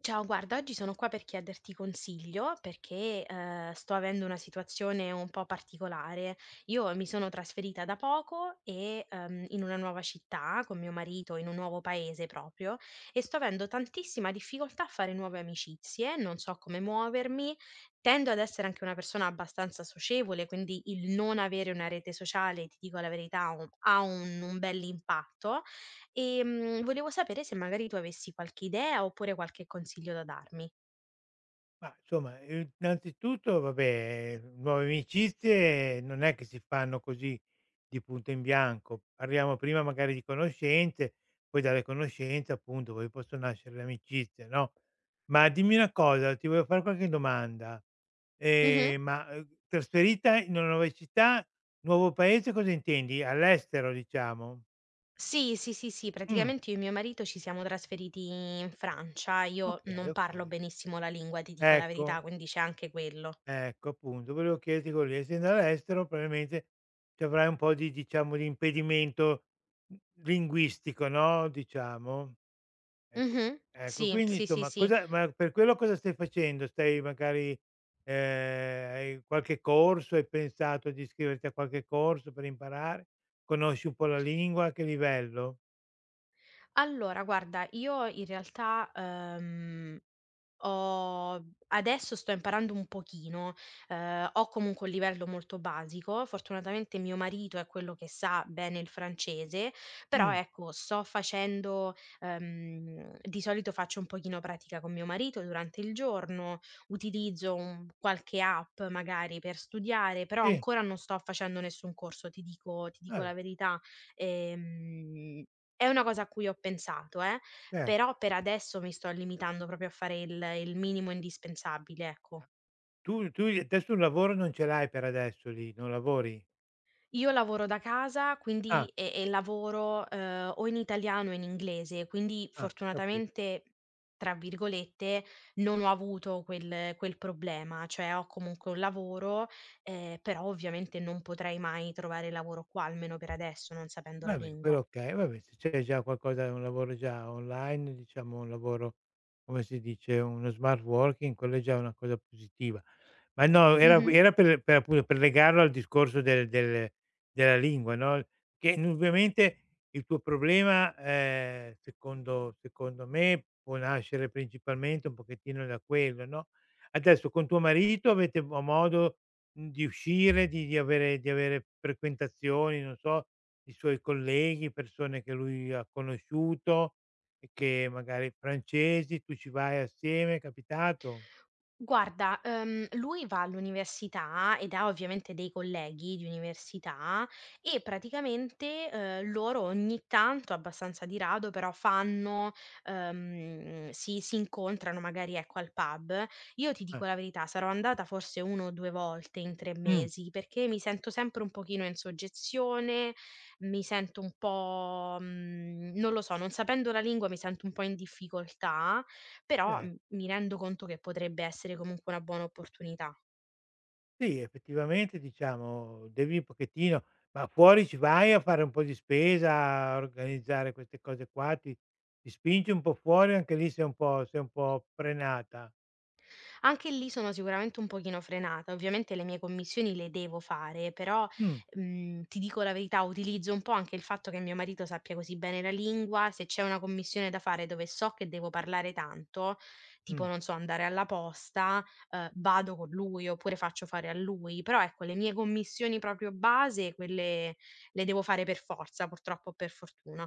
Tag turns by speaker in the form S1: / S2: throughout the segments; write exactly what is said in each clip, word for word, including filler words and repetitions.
S1: Ciao, guarda, oggi sono qua per chiederti consiglio perché eh, sto avendo una situazione un po' particolare. Io mi sono trasferita da poco e ehm, in una nuova città con mio marito, in un nuovo paese proprio, e sto avendo tantissima difficoltà a fare nuove amicizie, non so come muovermi. Tendo ad essere anche una persona abbastanza socievole, quindi il non avere una rete sociale, ti dico la verità, un- ha un, un bell'impatto. Ehm, volevo sapere se magari tu avessi qualche idea oppure qualche consiglio da darmi.
S2: Ma insomma, ehm, innanzitutto vabbè, eh, nuove amicizie non è che si fanno così di punto in bianco. Parliamo prima magari di conoscenze, poi dalle conoscenze appunto poi possono nascere le amicizie, no, ma dimmi una cosa, ti voglio fare qualche domanda,
S1: Mh-mh.
S2: ehm, ma, uhm, trasferita in una nuova città, nuovo paese cosa intendi? All'estero diciamo?
S1: Sì, sì, sì, sì,
S2: Mh,
S1: praticamente io e mio marito ci siamo trasferiti in Francia. Io
S2: okay,
S1: non parlo
S2: okay.
S1: benissimo la lingua, ti dico la
S2: Ecco.
S1: verità, quindi c'è anche quello.
S2: Ecco, appunto, volevo chiederti quello lì. Essendo all'estero probabilmente ci avrai un po' di diciamo di impedimento, mhmm, linguistico, no, diciamo. Ecco
S1: Mh-mh.
S2: ecco,
S1: Sì,
S2: quindi
S1: sì, sì,
S2: insomma
S1: sì.
S2: cosa ma per quello cosa stai facendo? Stai magari ehm, hai qualche corso? Hai pensato di iscriverti a qualche corso per imparare? Conosci un po' la lingua? A che livello?
S1: Allora guarda, io in realtà, ehm Ho adesso sto imparando un pochino, ehm, ho comunque un livello molto basico, fortunatamente mio marito è quello che sa bene il francese, però
S2: Mh,
S1: ecco sto facendo ehm, di solito faccio un pochino pratica con mio marito durante il giorno, utilizzo un qualche app magari per studiare, però
S2: sì,
S1: ancora non sto facendo nessun corso, ti dico ti dico la
S2: vabbè,
S1: verità. Ehm, è una cosa a cui ho pensato, eh,
S2: cer
S1: però per adesso mi sto limitando proprio a fare il il minimo indispensabile, ecco.
S2: tu tu adesso un lavoro non ce l'hai per adesso lì, non lavori?
S1: Io lavoro da casa, quindi
S2: Ah,
S1: e e lavoro, uhm, o in italiano o in inglese, quindi
S2: ah, capi
S1: fortunatamente, tra virgolette, non ho avuto quel quel problema, cioè ho comunque un lavoro, ehm, però ovviamente non potrei mai trovare lavoro qua, almeno per adesso, non sapendo la
S2: vabbè,
S1: lingua.
S2: quello okay. Vabbè, se c'è già qualcosa un lavoro già online, diciamo un lavoro, come si dice, uno smart working, quello è già una cosa positiva. Ma no, era
S1: Mh-mh.
S2: era per per appunto per legarlo al discorso del del della lingua, no, che indubbiamente il tuo problema, ehm, secondo secondo me, può nascere principalmente un pochettino da quello, no. Adesso con tuo marito avete mo modo, mhmm, di uscire, di di avere di avere frequentazioni, non so i suoi colleghi, persone che lui ha conosciuto e che magari francesi, tu ci vai assieme, è capitato?
S1: Guarda, ehm, lui va all'università ed ha ovviamente dei colleghi di università e praticamente, ehm, loro ogni tanto, abbastanza di rado, però fanno ehm, si si incontrano magari, ecco, al pub. Io ti
S2: Eh,
S1: dico la verità, sarò andata forse una o due volte in tre
S2: mh,
S1: mesi, perché mi sento sempre un pochino in soggezione, mi sento un po' mhmm, non lo so, non sapendo la lingua mi sento un po' in difficoltà, però
S2: Cer
S1: mi rendo conto che potrebbe essere comunque una buona opportunità.
S2: sì, effettivamente diciamo devi un pochettino ma fuori ci vai a fare un po' di spesa, a organizzare queste cose qua, ti ti spingi un po' fuori, anche lì sei un po' sei un po' frenata.
S1: Anche lì sono sicuramente un pochino frenata. Ovviamente le mie commissioni le devo fare, però,
S2: Mh,
S1: mhmm, ti dico la verità, utilizzo un po' anche il fatto che mio marito sappia così bene la lingua. Se c'è una commissione da fare dove so che devo parlare tanto,
S2: mh.
S1: tipo, non so, andare alla posta, uhm, vado con lui oppure faccio fare a lui. Però ecco, le mie commissioni proprio base, quelle le devo fare per forza, purtroppo o per fortuna.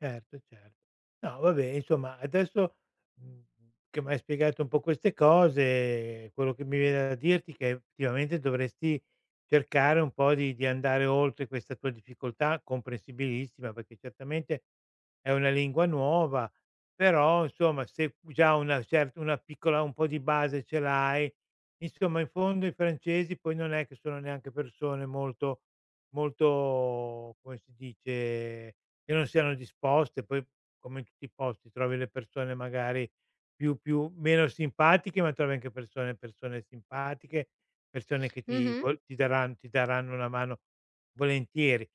S2: Certo, certo. No vabbè insomma adesso, mhmm, che m'hai spiegato un po' queste cose, quello che mi viene da dirti è che effettivamente dovresti cercare un po' di di andare oltre questa tua difficoltà, comprensibilissima, perché certamente è una lingua nuova, però insomma se già una cert una piccola un po' di base ce l'hai, insomma in fondo i francesi poi non è che sono neanche persone molto molto, come si dice che non siano disposte, poi come in tutti i posti trovi le persone magari più più meno simpatiche, ma trovi anche persone persone simpatiche, persone che ti
S1: Mh-mh,
S2: vol ti daran ti daranno una mano volentieri.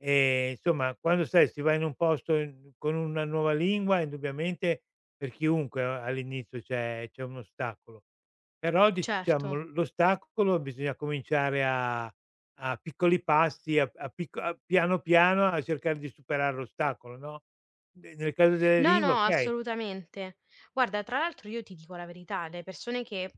S2: Ehm, insomma, quando sai si va in un posto in con una nuova lingua, indubbiamente per chiunque a all'inizio c'è c'è un ostacolo. Però diciamo
S1: certo.
S2: l l'ostacolo bisogna cominciare a a piccoli passi, a a picco a piano piano a cercare di superare l'ostacolo, no, ne nel caso delle
S1: No,
S2: lingue
S1: no,
S2: okay.
S1: assolutamente. Guarda, tra l'altro io ti dico la verità, le persone che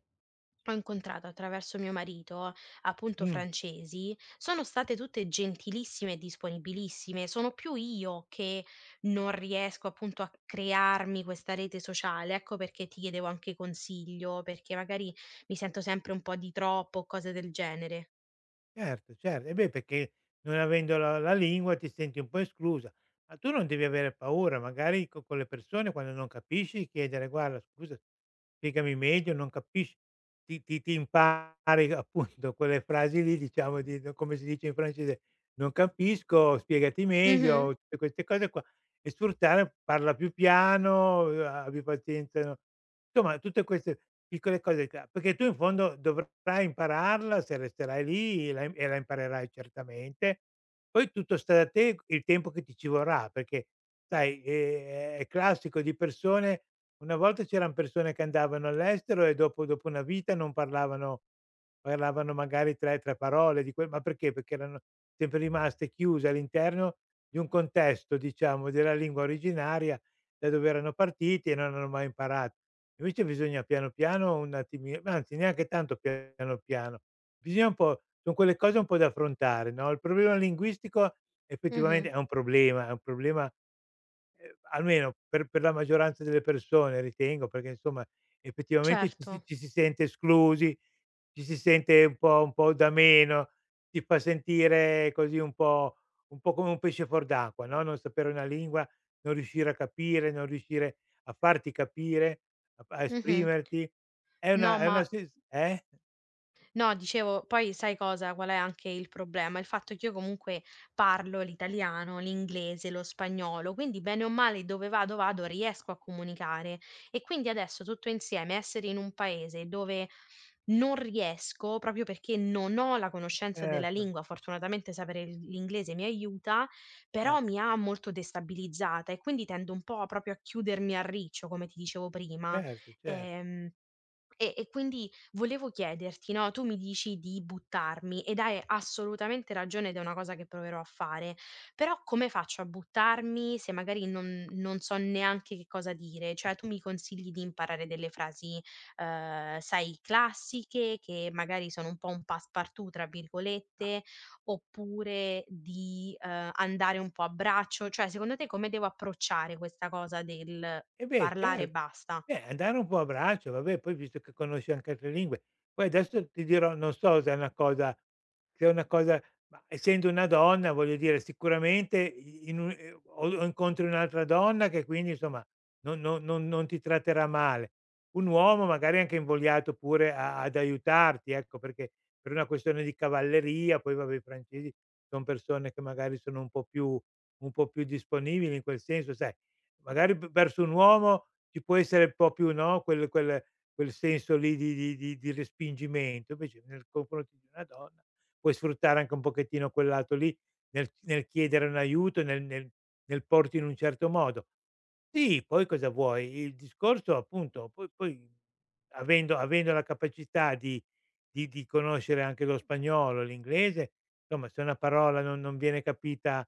S1: ho incontrato attraverso mio marito, appunto
S2: Mh.
S1: francesi, sono state tutte gentilissime e disponibilissime. Sono più io che non riesco appunto a crearmi questa rete sociale. Ecco perché ti chiedevo anche consiglio, perché magari mi sento sempre un po' di troppo, cose del genere.
S2: Certo, cer e beh, perché non avendo la la lingua ti senti un po' esclusa, ma tu non devi avere paura, magari co con le persone quando non capisci chiedere: "Guarda scusa, spiegami meglio, non capisci." Ti ti ti impari appunto quelle frasi lì, diciamo di no come si dice in francese: "Non capisco, spiegati
S1: Mhm,
S2: meglio." Tutte queste cose qua e sfruttare: parla più piano, uhm, abbi pazienza no? Insomma tutte queste piccole cose qua, perché tu in fondo dovrai impararla se resterai lì, la e la imparerai certamente. Poi tutto sta da te il tempo che ti ci vorrà, perché sai, ehm, è classico di persone una volta c'eran persone che andavano all'estero e dopo dopo una vita non parlavano parlavano magari tre, tre parole di quel ma perché? Perché erano sempre rimaste chiuse all'interno di un contesto, diciamo, della lingua originaria da dove erano partiti e non hanno mai imparato. Invece bisogna piano piano un attimi ma anzi neanche tanto piano piano, bisogna un po' son quelle cose un po' da affrontare, no, il problema linguistico effettivamente
S1: mhm,
S2: è un problema, è un problema Ehm, almeno per per la maggioranza delle persone ritengo, perché insomma effettivamente ci si
S1: certo.
S2: ci si sente esclusi, ci si sente un po' un po' da meno, ti fa sentire così un po' un po' come un pesce fuor d'acqua, no, non sapere una lingua, non riuscire a capire, non riuscire a farti capire, a fa a
S1: Mhm.
S2: esprimerti. È una
S1: No,
S2: è una
S1: ma
S2: sens eh?
S1: No, dicevo, poi sai cosa? Qual è anche il problema? Il fatto che io comunque parlo l'italiano, l'inglese, lo spagnolo, quindi bene o male dove vado vado riesco a comunicare e quindi adesso tutto insieme essere in un paese dove non riesco proprio perché non ho la conoscenza della
S2: Certo,
S1: lingua, fortunatamente sapere il- l'inglese mi aiuta,
S2: eh,
S1: però mi ha molto destabilizzata e quindi tendo un po' proprio a chiudermi a riccio, come ti dicevo prima.
S2: certo, cer
S1: Ehm, e e quindi volevo chiederti, no, tu mi dici di buttarmi ed hai assolutamente ragione ed è una cosa che proverò a fare, però come faccio a buttarmi se magari non non so neanche che cosa dire? Cioè tu mi consigli di imparare delle frasi, ehm, sai classiche, che magari sono un po' un "passepartout" tra virgolette, oppure di, ehm, andare un po' a braccio? Cioè secondo te come devo approcciare questa cosa del
S2: e beh,
S1: parlare e
S2: cer
S1: basta?
S2: beh, andare un po' a braccio, vabbè, poi visto che conosci anche altre lingue. Poi adesso ti dirò, non so se è una cosa se è una cosa ma essendo una donna, voglio dire, sicuramente i in un ehm, o o incontri un'altra donna che quindi insomma non non non non ti tratterà male. Un uomo magari è anche invogliato pure a ad aiutarti, ecco, perché per una questione di cavalleria, poi vabbè i francesi son persone che magari sono un po' più un po' più disponibili in quel senso, sai magari v verso un uomo ci può essere un po' più, no, quel quel quel senso lì di di di di respingimento, invece nel confronto di una donna puoi sfruttare anche un pochettino quel lato lì nel nel chiedere un aiuto, nel nel nel porti in un certo modo. Sì, poi cosa vuoi? Il discorso appunto poi poi avendo avendo la capacità di di di conoscere anche lo spagnolo, l'inglese somma, se una parola non non viene capita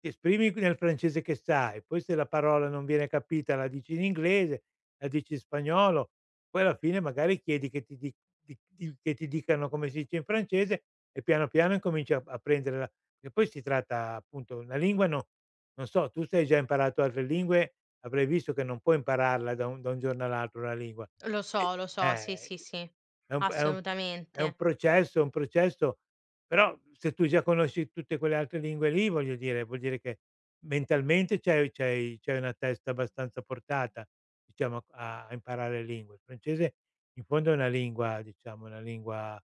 S2: ti esprimi q nel francese che sai, poi se la parola non viene capita la dici in inglese, la dici in spagnolo, poi alla fine magari chiedi che ti di di di che ti dicano come si dice in francese e piano piano incominci a a prendere la perché poi si tratta appunto la lingua no non so, tu se hai già imparato altre lingue avrai visto che non puoi impararla da un da un giorno all'altro una lingua.
S1: Lo
S2: E
S1: so, lo so, sì,
S2: eh,
S1: sì, sì,
S2: è un p è un è un
S1: assolutamente.
S2: processo è un processo però se tu già conosci tutte quelle altre lingue lì, voglio dire, vuol dire che mentalmente c'hai c'hai c'hai una testa abbastanza portata, diciamo, a a imparare le lingue. Il francese in fondo è una lingua, diciamo, una lingua,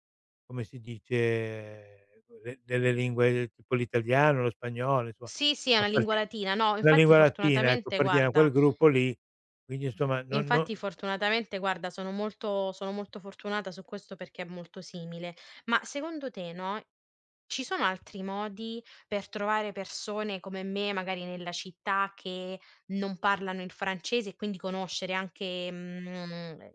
S2: come si dice, de delle lingue tipo l'italiano, lo spagnolo, insomma,
S1: Sì, sì, è una lingua
S2: appartie
S1: latina. No,
S2: alla
S1: infatti
S2: lingua latina, ecco,
S1: fortunatamente
S2: appartiene a quel
S1: guarda
S2: gruppo lì, quindi insomma non non
S1: Infatti fortunatamente guarda, sono molto sono molto fortunata su questo perché è molto simile. Ma secondo te, no, ci sono altri modi per trovare persone come me, magari nella città, che non parlano il francese e quindi conoscere anche, mhmm, ehm,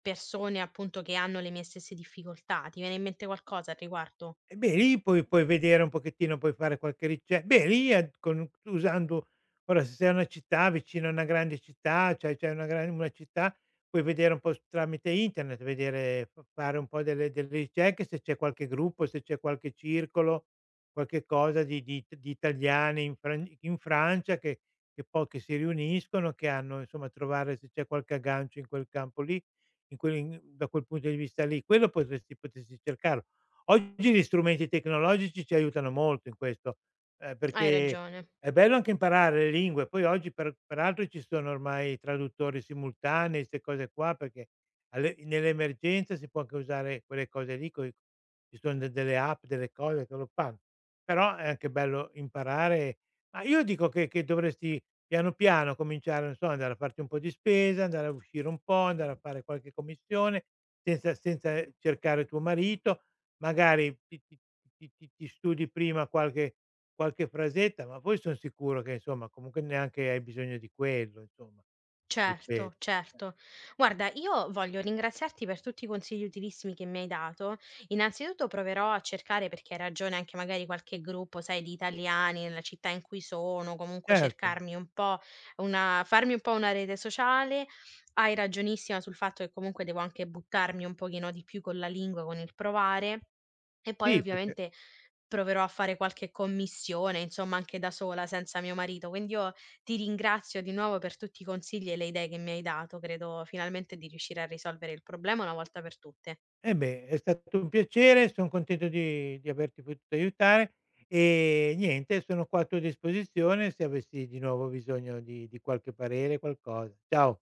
S1: persone appunto che hanno le mie stesse difficoltà? Ti viene in mente qualcosa al riguardo?
S2: e beh, lì puoi puoi vedere un pochettino, puoi fare qualche rice beh, lì è con usando ora se sei a una città, vicino a una grande città, c'hai c'hai una gran una città, puoi vedere un po' s tramite internet, vedere f fare un po' delle delle ricerche, se c'è qualche gruppo, se c'è qualche circolo, qualche cosa di di di italiani in Fran in Francia che che poi che si riuniscono, che hanno insomma trovare se c'è qualche aggancio in quel campo lì, in quel in da quel punto di vista lì. Quello potresti potresti cercarlo. Oggi gli strumenti tecnologici ci aiutano molto in questo, ehm,
S1: Hai
S2: perché
S1: ragione.
S2: è bello anche imparare le lingue, poi oggi per peraltro ci sono ormai traduttori simultanei, 'ste cose qua, perché alle nell'emergenza si può anche usare quelle cose lì, coi ci son de delle app, delle cose che lo fanno. Però è anche bello imparare ma io dico che che dovresti piano piano cominciare, non so, andare a farti un po' di spesa, andare a uscire un po', andare a fare qualche commissione, senza senza cercare tuo marito magari ti ti ti ti ti studi prima qualche qualche frasetta, ma poi son sicuro che insomma comunque neanche hai bisogno di quello insomma,
S1: Certo,
S2: ripeto. Eh,
S1: certo. Guarda, io voglio ringraziarti per tutti i consigli utilissimi che mi hai dato. Innanzitutto proverò a cercare, perché hai ragione, anche magari qualche gruppo, sai, di italiani nella città in cui sono, comunque
S2: Certo,
S1: cercarmi un po' una, farmi un po' una rete sociale. Hai ragionissima sul fatto che comunque devo anche buttarmi un pochino di più con la lingua, con il provare. E poi
S2: sì perché
S1: ovviamente proverò a fare qualche commissione, insomma, anche da sola, senza mio marito. Quindi io ti ringrazio di nuovo per tutti i consigli e le idee che mi hai dato. Credo finalmente di riuscire a risolvere il problema una volta per tutte.
S2: eh beh, è stato un piacere, son contento di di averti potuto aiutare e niente, sono qua a tua disposizione se avessi di nuovo bisogno di di qualche parere, qualcosa. Ciao.